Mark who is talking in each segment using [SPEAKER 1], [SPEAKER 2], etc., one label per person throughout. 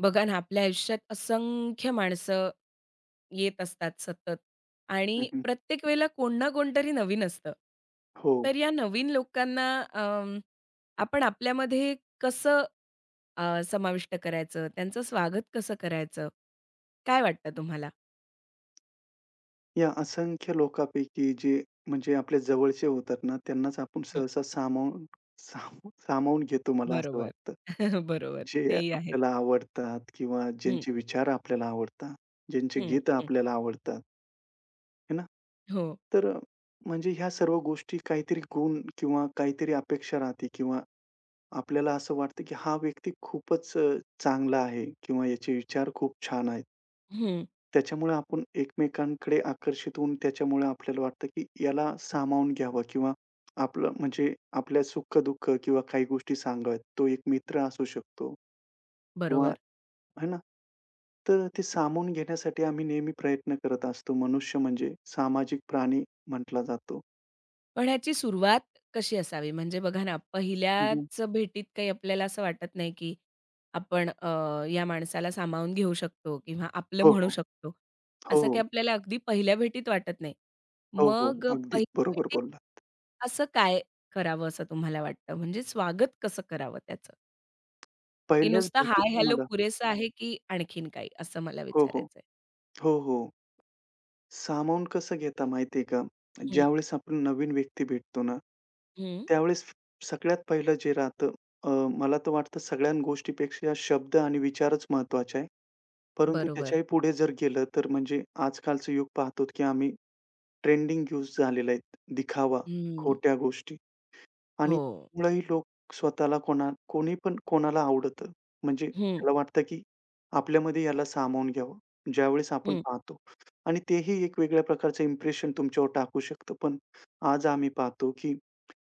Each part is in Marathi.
[SPEAKER 1] बघा ना, आपल्या आयुष्यात असंख्य माणसं येत असतात सतत
[SPEAKER 2] हं,
[SPEAKER 1] आणि
[SPEAKER 2] हं.
[SPEAKER 1] प्रत्येक वेळेला कोण ना कोणतरी नवीन असतं.
[SPEAKER 2] हो.
[SPEAKER 1] तर या नवीन लोकांना अं, आपण आपल्यामध्ये कसं समाविष्ट करायचं? त्यांचं स्वागत कसं करायचं? काय वाटतं तुम्हाला?
[SPEAKER 2] या असंख्य लोकांपैकी जे म्हणजे आपल्या जवळचे होतात ना, त्यांनाच आपण
[SPEAKER 1] हं.
[SPEAKER 2] सहसा सामावून साम सामावून घेतो मला असं
[SPEAKER 1] बरोबर.
[SPEAKER 2] वाटतं.
[SPEAKER 1] बरोबर.
[SPEAKER 2] जे
[SPEAKER 1] तेही आहेत.
[SPEAKER 2] आपल्याला आवडतात किंवा
[SPEAKER 1] हं,
[SPEAKER 2] ज्यांचे विचार आपल्याला आवडतात, ज्यांचे
[SPEAKER 1] हं,
[SPEAKER 2] गीतं
[SPEAKER 1] हं.
[SPEAKER 2] आपल्याला आवडतात, है ना?
[SPEAKER 1] हो.
[SPEAKER 2] तर अ, म्हणजे ह्या सर्व गोष्टी काहीतरी गुण किंवा काहीतरी अपेक्षा राहते किंवा आपल्याला असं वाटतं, की हा व्यक्ती खूपच चांगला आहे किंवा याचे विचार खूप छान आहेत.
[SPEAKER 1] हं.
[SPEAKER 2] त्याच्यामुळे आपण एकमेकांकडे आकर्षित होऊन त्याच्यामुळे आपल्याला वाटतं, की याला सामावून घ्यावं किंवा आपलं म्हणजे आपल्या सुख-दुःख किंवा काही गोष्टी सांगाव्यात. तो एक मित्र असू शकतो किंवा
[SPEAKER 1] बरोबर.
[SPEAKER 2] है ना? तर ते सामावून घेण्यासाठी आम्ही नेहमी प्रयत्न करत असतो. मनुष्य म्हणजे सामाजिक प्राणी म्हटला जातो.
[SPEAKER 1] पण ह्याची सुरुवात कशी असावी? म्हणजे बघा ना,
[SPEAKER 2] हं,
[SPEAKER 1] पहिल्याच भेटीत काही आपल्याला असं वाटत नाही, की आपण या माणसाला सामावून घेऊ शकतो किंवा आपलं
[SPEAKER 2] हो,
[SPEAKER 1] म्हणू
[SPEAKER 2] हो.
[SPEAKER 1] शकतो.
[SPEAKER 2] हो,
[SPEAKER 1] असं काही
[SPEAKER 2] हो.
[SPEAKER 1] आपल्याला अगदी पहिल्या भेटीत वाटत नाही.
[SPEAKER 2] हो, हो.
[SPEAKER 1] मग
[SPEAKER 2] अगदीच
[SPEAKER 1] पहिल्या
[SPEAKER 2] बरोबर
[SPEAKER 1] भेटीत
[SPEAKER 2] बोलला.
[SPEAKER 1] असं काय करावं असं तुम्हाला वाटतं? म्हणजे स्वागत कसं करावं त्याचं? की
[SPEAKER 2] पहिल्याच
[SPEAKER 1] नुसता
[SPEAKER 2] भेटीत
[SPEAKER 1] हाय, हॅलो
[SPEAKER 2] तुम्हाला
[SPEAKER 1] पुरेसं आहे, की आणखीन काही? असं मला
[SPEAKER 2] हो, हो.
[SPEAKER 1] विचारायचंय.
[SPEAKER 2] हो, हो. सामावून कसं घेता माहिती आहे का?
[SPEAKER 1] हं,
[SPEAKER 2] ज्यावेळेस आपण नवीन व्यक्ती भेटतो ना,
[SPEAKER 1] हं.
[SPEAKER 2] त्यावेळेस सगळ्यात पहिलं जे राहतं अ, मला तर वाटतं सगळ्या गोष्टीपेक्षा शब्द आणि विचारच महत्त्वाचे आहे. परंतु
[SPEAKER 1] बरोबर.
[SPEAKER 2] त्याच्याही पुढे जर गेलं तर म्हणजे आजकालचं युग पाहतो की आम्ही ट्रेंडिंग यूज झालेले आहेत. दिखावा,
[SPEAKER 1] हं.
[SPEAKER 2] खोट्या गोष्टी. आणि
[SPEAKER 1] हो.
[SPEAKER 2] त्यामुळेही लोक स्वतःला कोणा कोणी पण कोणाला आवडतं. म्हणजे
[SPEAKER 1] हं,
[SPEAKER 2] त्याला वाटतं, की आपल्यामध्ये याला सामावून घ्यावं. ज्यावेळेस आपण
[SPEAKER 1] हं,
[SPEAKER 2] पाहतो आणि तेही एक वेगळ्या प्रकारचं इम्प्रेशन तुमच्यावर टाकू शकतं. पण आज आम्ही पाहतो, की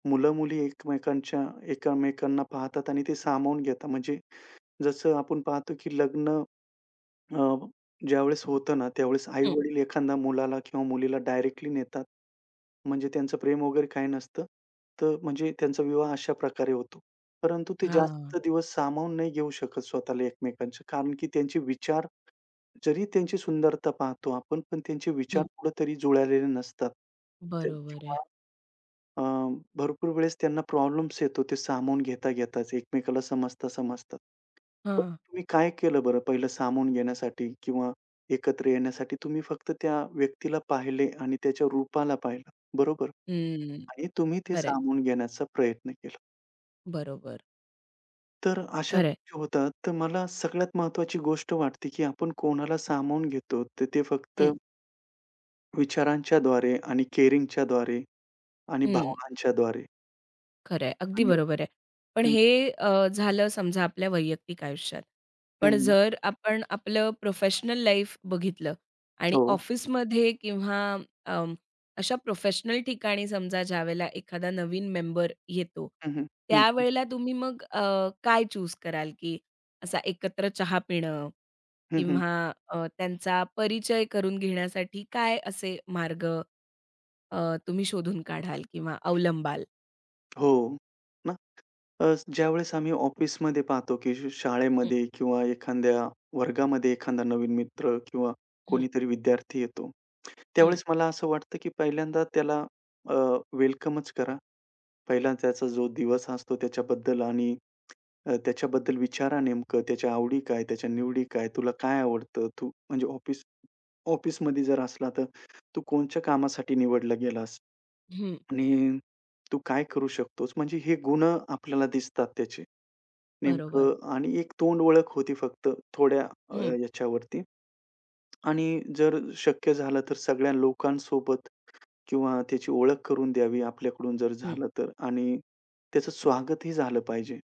[SPEAKER 2] मुलं-मुली एकमेकांच्या एकमेकांना पाहतात आणि ते सामावून घेतात. म्हणजे जसं आपण पाहतो, की लग्न अ, ज्यावेळेस होतं ना, त्यावेळेस
[SPEAKER 1] हं.
[SPEAKER 2] आई-वडील एखाद्या मुलाला किंवा मुलीला डायरेक्टली नेतात. म्हणजे त्यांचं प्रेम वगैरे काही नसतं. तर म्हणजे त्यांचा विवाह अशा प्रकारे होतो. परंतु ते
[SPEAKER 1] हां.
[SPEAKER 2] जास्त दिवस सामावून नाही घेऊ शकत स्वतःला एकमेकांच्या. कारण की त्यांचे विचार जरी त्यांची सुंदरता पाहतो आपण, पण त्यांचे विचार कुठेतरी जुळलेले नसतात. ते
[SPEAKER 1] बरोबर आहे.
[SPEAKER 2] किंवा अ, भरपूर वेळेस त्यांना प्रॉब्लेम्स येतो ते सामावून घेता घेताच, एकमेकाला समजता समजता. पण
[SPEAKER 1] हां.
[SPEAKER 2] तुम्ही काय केलं बरं पहिलं सामावून घेण्यासाठी किंवा एकत्र येण्यासाठी? तुम्ही फक्त त्या व्यक्तीला पाहिले आणि त्याच्या रूपाला पाहिलं, बरोबर?
[SPEAKER 1] हं.
[SPEAKER 2] आणि तुम्ही ते
[SPEAKER 1] खरं
[SPEAKER 2] सामावून घेण्याचा प्रयत्न केला.
[SPEAKER 1] बरोबर.
[SPEAKER 2] तर अशा
[SPEAKER 1] खरं आहे.
[SPEAKER 2] गोष्टी होतात. तर मला सगळ्यात महत्त्वाची गोष्ट वाटते, की आपण कोणाला सामावून घेतो, तर ते फक्त
[SPEAKER 1] हं,
[SPEAKER 2] विचारांच्याद्वारे आणि केअरिंगच्याद्वारे आणि
[SPEAKER 1] हं.
[SPEAKER 2] भावनांच्याद्वारे
[SPEAKER 1] अगदी
[SPEAKER 2] आणि
[SPEAKER 1] बरोबर आहे. पण
[SPEAKER 2] हं,
[SPEAKER 1] हे झालं समजा आपल्या वैयक्तिक आयुष्यात.
[SPEAKER 2] हं,
[SPEAKER 1] पण
[SPEAKER 2] हं.
[SPEAKER 1] जर आपण आपलं प्रोफेशनल लाईफ बघितलं आणि
[SPEAKER 2] हो.
[SPEAKER 1] ऑफिसमध्ये किंवा अं, अशा प्रोफेशनल ठिकाणी समजा ज्यावेळेला एखादा नवीन मेंबर येतो,
[SPEAKER 2] हं, हं. हं, हं.
[SPEAKER 1] त्यावेळेला तुम्ही मग काय चूज कराल, की असा एकत्र चहा पिणं
[SPEAKER 2] हं, हं.
[SPEAKER 1] किंवा त्यांचा परिचय करून घेण्यासाठी काय असे मार्ग तुम्ही शोधून काढाल किंवा अवलंबाल?
[SPEAKER 2] हो, ना. ज्यावेळेस आम्ही ऑफिसमध्ये पाहतो, की
[SPEAKER 1] हं,
[SPEAKER 2] शाळेमध्ये किंवा एखाद्या वर्गामध्ये एखादा नवीन मित्र किंवा
[SPEAKER 1] हं,
[SPEAKER 2] कोणीतरी विद्यार्थी येतो.
[SPEAKER 1] हं,
[SPEAKER 2] त्यावेळेस मला असं वाटतं, की पहिल्यांदा त्याला अ, वेलकमच करा. पहिला त्याचा जो दिवस असतो त्याच्याबद्दल आणि त्याच्याबद्दल विचारा नेमकं त्याच्या आवडी काय? त्याच्या निवडी काय? तुला काय आवडतं? तू म्हणजे ऑफिसमध्ये जर असला तर तू कोणच्या कामासाठी निवडला गेलास?
[SPEAKER 1] हं.
[SPEAKER 2] आणि तू काय करू शकतोस? म्हणजे हे गुण आपल्याला दिसतात त्याचे.
[SPEAKER 1] बरोबर.
[SPEAKER 2] नेमकं आणि एक तोंड ओळख होती फक्त थोड्या
[SPEAKER 1] हं,
[SPEAKER 2] याच्यावरती आणि जर शक्य झालं तर सगळ्या लोकांसोबत किंवा त्याची ओळख करून द्यावी आपल्याकडून जर
[SPEAKER 1] हं.
[SPEAKER 2] झालं तर आणि त्याचं स्वागतही झालं पाहिजे.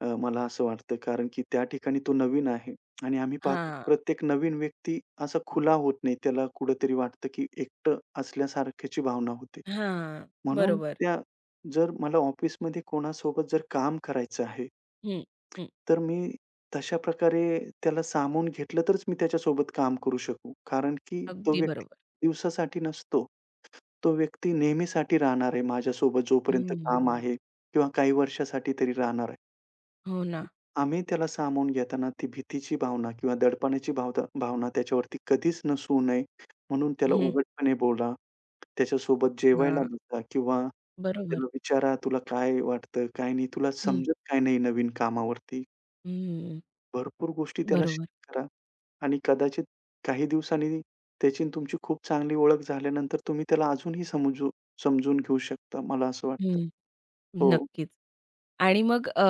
[SPEAKER 2] मला असं वाटतं कारण की त्या ठिकाणी तो नवीन आहे आणि आम्ही पाहतो
[SPEAKER 1] हां,
[SPEAKER 2] प्रत्येक नवीन व्यक्ती असा खुला होत नाही. त्याला कुठेतरी वाटतं की एकटं असल्यासारख्याची भावना होते.
[SPEAKER 1] हां.
[SPEAKER 2] म्हणून
[SPEAKER 1] बरोबर.
[SPEAKER 2] त्या जर मला ऑफिसमध्ये कोणासोबत जर काम करायचं आहे,
[SPEAKER 1] हं, हं.
[SPEAKER 2] तर मी तशा प्रकारे त्याला सामावून घेतलं तरच मी त्याच्यासोबत काम करू शकू. कारण की तो
[SPEAKER 1] अगदी
[SPEAKER 2] व्यक्ती
[SPEAKER 1] बरोबर.
[SPEAKER 2] दिवसासाठी नसतो. तो व्यक्ती नेहमीसाठी राहणार आहे माझ्यासोबत जोपर्यंत
[SPEAKER 1] हं.
[SPEAKER 2] काम आहे किंवा काही वर्षासाठी तरी राहणार आहे.
[SPEAKER 1] हो ना.
[SPEAKER 2] आम्ही त्याला सामावून घेताना ती भीतीची भावना किंवा दडपणाची भावना भावना त्याच्यावरती कधीच नसू नये, म्हणून त्याला
[SPEAKER 1] हं.
[SPEAKER 2] उघडपणे बोला. त्याच्यासोबत जेवायला
[SPEAKER 1] हां.
[SPEAKER 2] बसा किंवा
[SPEAKER 1] बरोबर.
[SPEAKER 2] त्याला विचारा, "तुला काय वाटतं? काय नाही? तुला
[SPEAKER 1] हं,
[SPEAKER 2] समजत काय नाही नवीन कामावरती?"
[SPEAKER 1] हं.
[SPEAKER 2] भरपूर गोष्टी त्याला
[SPEAKER 1] बरोबर.
[SPEAKER 2] शेअर करा आणि कदाचित काही दिवसांनी त्याची आणि तुमची खूप चांगली ओळख झाल्यानंतर तुम्ही त्याला अजूनही समजून घेऊ शकता, मला असं वाटतं.
[SPEAKER 1] हं.
[SPEAKER 2] हो.
[SPEAKER 1] नक्कीच. आणि मग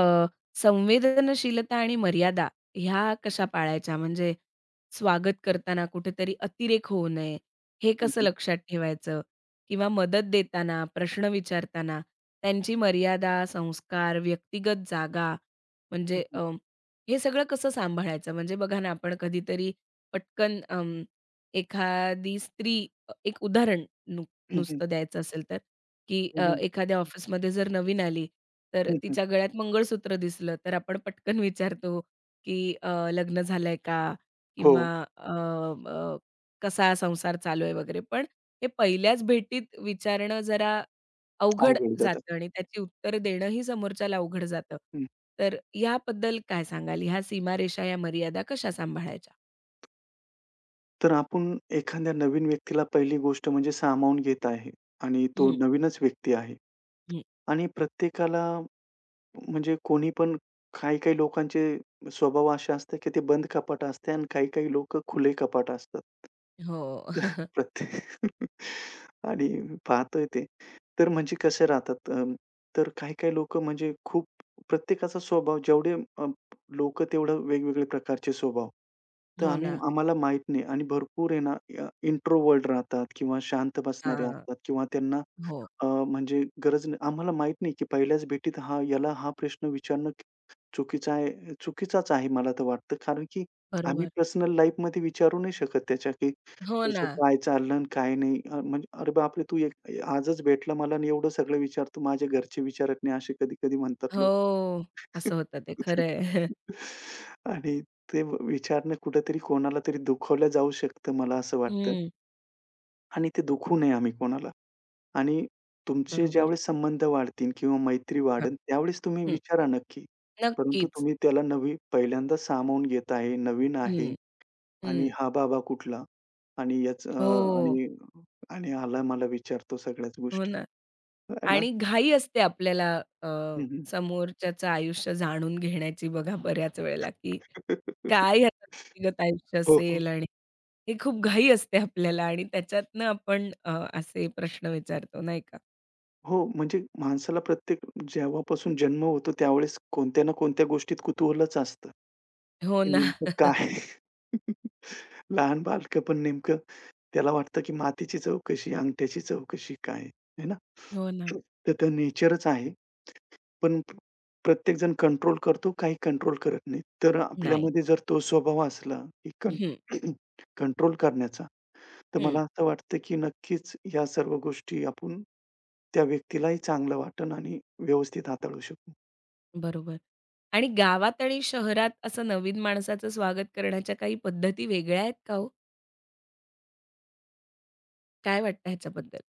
[SPEAKER 1] संवेदनशीलता आणि मर्यादा ह्या कशा पाळायच्या? म्हणजे स्वागत करताना कुठेतरी अतिरेक होऊ नये, हे कसं लक्षात ठेवायचं? किंवा मदत देताना, प्रश्न विचारताना त्यांची मर्यादा, संस्कार, व्यक्तिगत जागा
[SPEAKER 2] हं,
[SPEAKER 1] म्हणजे
[SPEAKER 2] हं. हं,
[SPEAKER 1] हे सगळं कसं सांभाळायचं? म्हणजे बघा ना, आपण कधीतरी पटकन एखादी स्त्री एक उदाहरण नु नुसतं द्यायचं असेल तर की
[SPEAKER 2] हं. हं, हं. हं,
[SPEAKER 1] एखाद्या ऑफिसमध्ये जर नवीन आली, तर तिच्या गळ्यात मंगळसूत्र दिसलं, तर आपण पटकन विचारतो, की "लग्न झालंय का?"
[SPEAKER 2] हो.
[SPEAKER 1] किंवा अ, अ, "कसा संसार चालू आहे?" वगैरे. पण हे पहिल्याच भेटीत विचारणं जरा अवघड
[SPEAKER 2] अवघड जातं.
[SPEAKER 1] जातं आणि त्याची उत्तर देणंही समोरच्याला अवघड जातं.
[SPEAKER 2] हं.
[SPEAKER 1] तर याबद्दल काय सांगाल? ह्या सीमारेषा, या मर्यादा कशा सांभाळायच्या?
[SPEAKER 2] तर आपण एखाद्या नवीन व्यक्तीला पहिली गोष्ट म्हणजे सामावून घेत आहे आणि तो
[SPEAKER 1] हं,
[SPEAKER 2] नवीनच व्यक्ती आहे.
[SPEAKER 1] हं.
[SPEAKER 2] आणि प्रत्येकाला म्हणजे कोणी पण काही-काही लोकांचे स्वभाव असे असतात, की ते बंद कपाट असते आणि काही-काही लोकं खुले कपाट असतात.
[SPEAKER 1] हो.
[SPEAKER 2] तर प्रत्येक आणि पाहतोय ते. तर म्हणजे तर काही-काही लोकं म्हणजे खूप प्रत्येकाचा स्वभाव जेवढे तेवढं वेगवेगळे प्रकारचे स्वभाव. तर
[SPEAKER 1] हो
[SPEAKER 2] आम्ही
[SPEAKER 1] ना.
[SPEAKER 2] आम्हाला माहीत नाही आणि भरपूर आहे ना इंट्रोव्हर्ट राहतात किंवा शांत बसणारे
[SPEAKER 1] हां.
[SPEAKER 2] असतात किंवा त्यांना
[SPEAKER 1] हो.
[SPEAKER 2] अ, म्हणजे गरज नाही. आम्हाला माहीत नाही की पहिल्याच भेटीत हा याला हा प्रश्न विचारणं चुकीचं आहे चुकीचाच आहे मला तर वाटतं. कारण की आम्ही
[SPEAKER 1] बरोबर.
[SPEAKER 2] पर्सनल लाईफमध्ये विचारू नाही शकत त्याच्या की
[SPEAKER 1] हो
[SPEAKER 2] तुझं
[SPEAKER 1] ना.
[SPEAKER 2] काय चाललं आणि काय नाही. म्हणजे "अरे बापरे! तू एक आजच भेटला मला आणि एवढं सगळं विचारतो. माझ्या घरचे विचारत नाही." असे कधी-कधी म्हणतात
[SPEAKER 1] हो,
[SPEAKER 2] लोक.
[SPEAKER 1] असं होतं ते खरं आहे. हं,
[SPEAKER 2] आणि ते विचारणं कुठेतरी कोणाला तरी दुखावलं जाऊ शकतं मला असं वाटतं आणि ते दुखवू नये आम्ही कोणाला. आणि तुमचे
[SPEAKER 1] बरोबर.
[SPEAKER 2] ज्यावेळेस संबंध वाढतील किंवा मैत्री
[SPEAKER 1] हां,
[SPEAKER 2] वाढेल, त्यावेळेस तुम्ही
[SPEAKER 1] हं,
[SPEAKER 2] विचारा नक्की. परंतु
[SPEAKER 1] नक्कीच.
[SPEAKER 2] तुम्ही त्याला नवी पहिल्यांदा सामावून घेत आहे, नवीन आहे
[SPEAKER 1] हं,
[SPEAKER 2] आणि
[SPEAKER 1] हं.
[SPEAKER 2] हा बाबा कुठला? आणि
[SPEAKER 1] हो,
[SPEAKER 2] आणि आणि आला मला विचारतो सगळ्याच
[SPEAKER 1] हो
[SPEAKER 2] गोष्टी.
[SPEAKER 1] ना.
[SPEAKER 2] आहे ना?
[SPEAKER 1] आणि घाई असते आपल्याला अ,
[SPEAKER 2] हं, हं.
[SPEAKER 1] समोरच्याचं आयुष्य जाणून घेण्याची बघा बऱ्याच वेळेला, की काय ह्याचं व्यक्तिगत आयुष्य
[SPEAKER 2] हो, हो.
[SPEAKER 1] असेल आणि हे खूप घाई असते आपल्याला आणि त्याच्यातनं आपण असे प्रश्न विचारतो नाही का?
[SPEAKER 2] हो, म्हणजे माणसाला प्रत्येक जेव्हापासून जन्म होतो त्यावेळेस कोणत्या ना कोणत्या गोष्टीत कुतूहलच असतं.
[SPEAKER 1] हो
[SPEAKER 2] की
[SPEAKER 1] ना,
[SPEAKER 2] नेमकं काय? लहान बालकं पण नेमकं त्याला वाटतं की मातीची चव कशी, अंगठ्याची चव कशी काय? आहे ना?
[SPEAKER 1] हो ना.
[SPEAKER 2] तर ते नेचरच आहे. पण प्रत्येकजण कंट्रोल करतो, काही कंट्रोल करत नाही. तर
[SPEAKER 1] नाही.
[SPEAKER 2] आपल्यामध्ये जर तो स्वभाव असला की
[SPEAKER 1] हं,
[SPEAKER 2] कंट्रोल करण्याचा, तर
[SPEAKER 1] हं.
[SPEAKER 2] मला असं वाटतं की नक्कीच या सर्व गोष्टी आपण त्या व्यक्तीलाही चांगलं वाटेल आणि व्यवस्थित हाताळू शकू.
[SPEAKER 1] बरोबर. आणि गावात आणि शहरात असं नवीन माणसाचं स्वागत करण्याच्या काही पद्धती वेगळ्या आहेत का हो? काय वाटतं ह्याच्याबद्दल?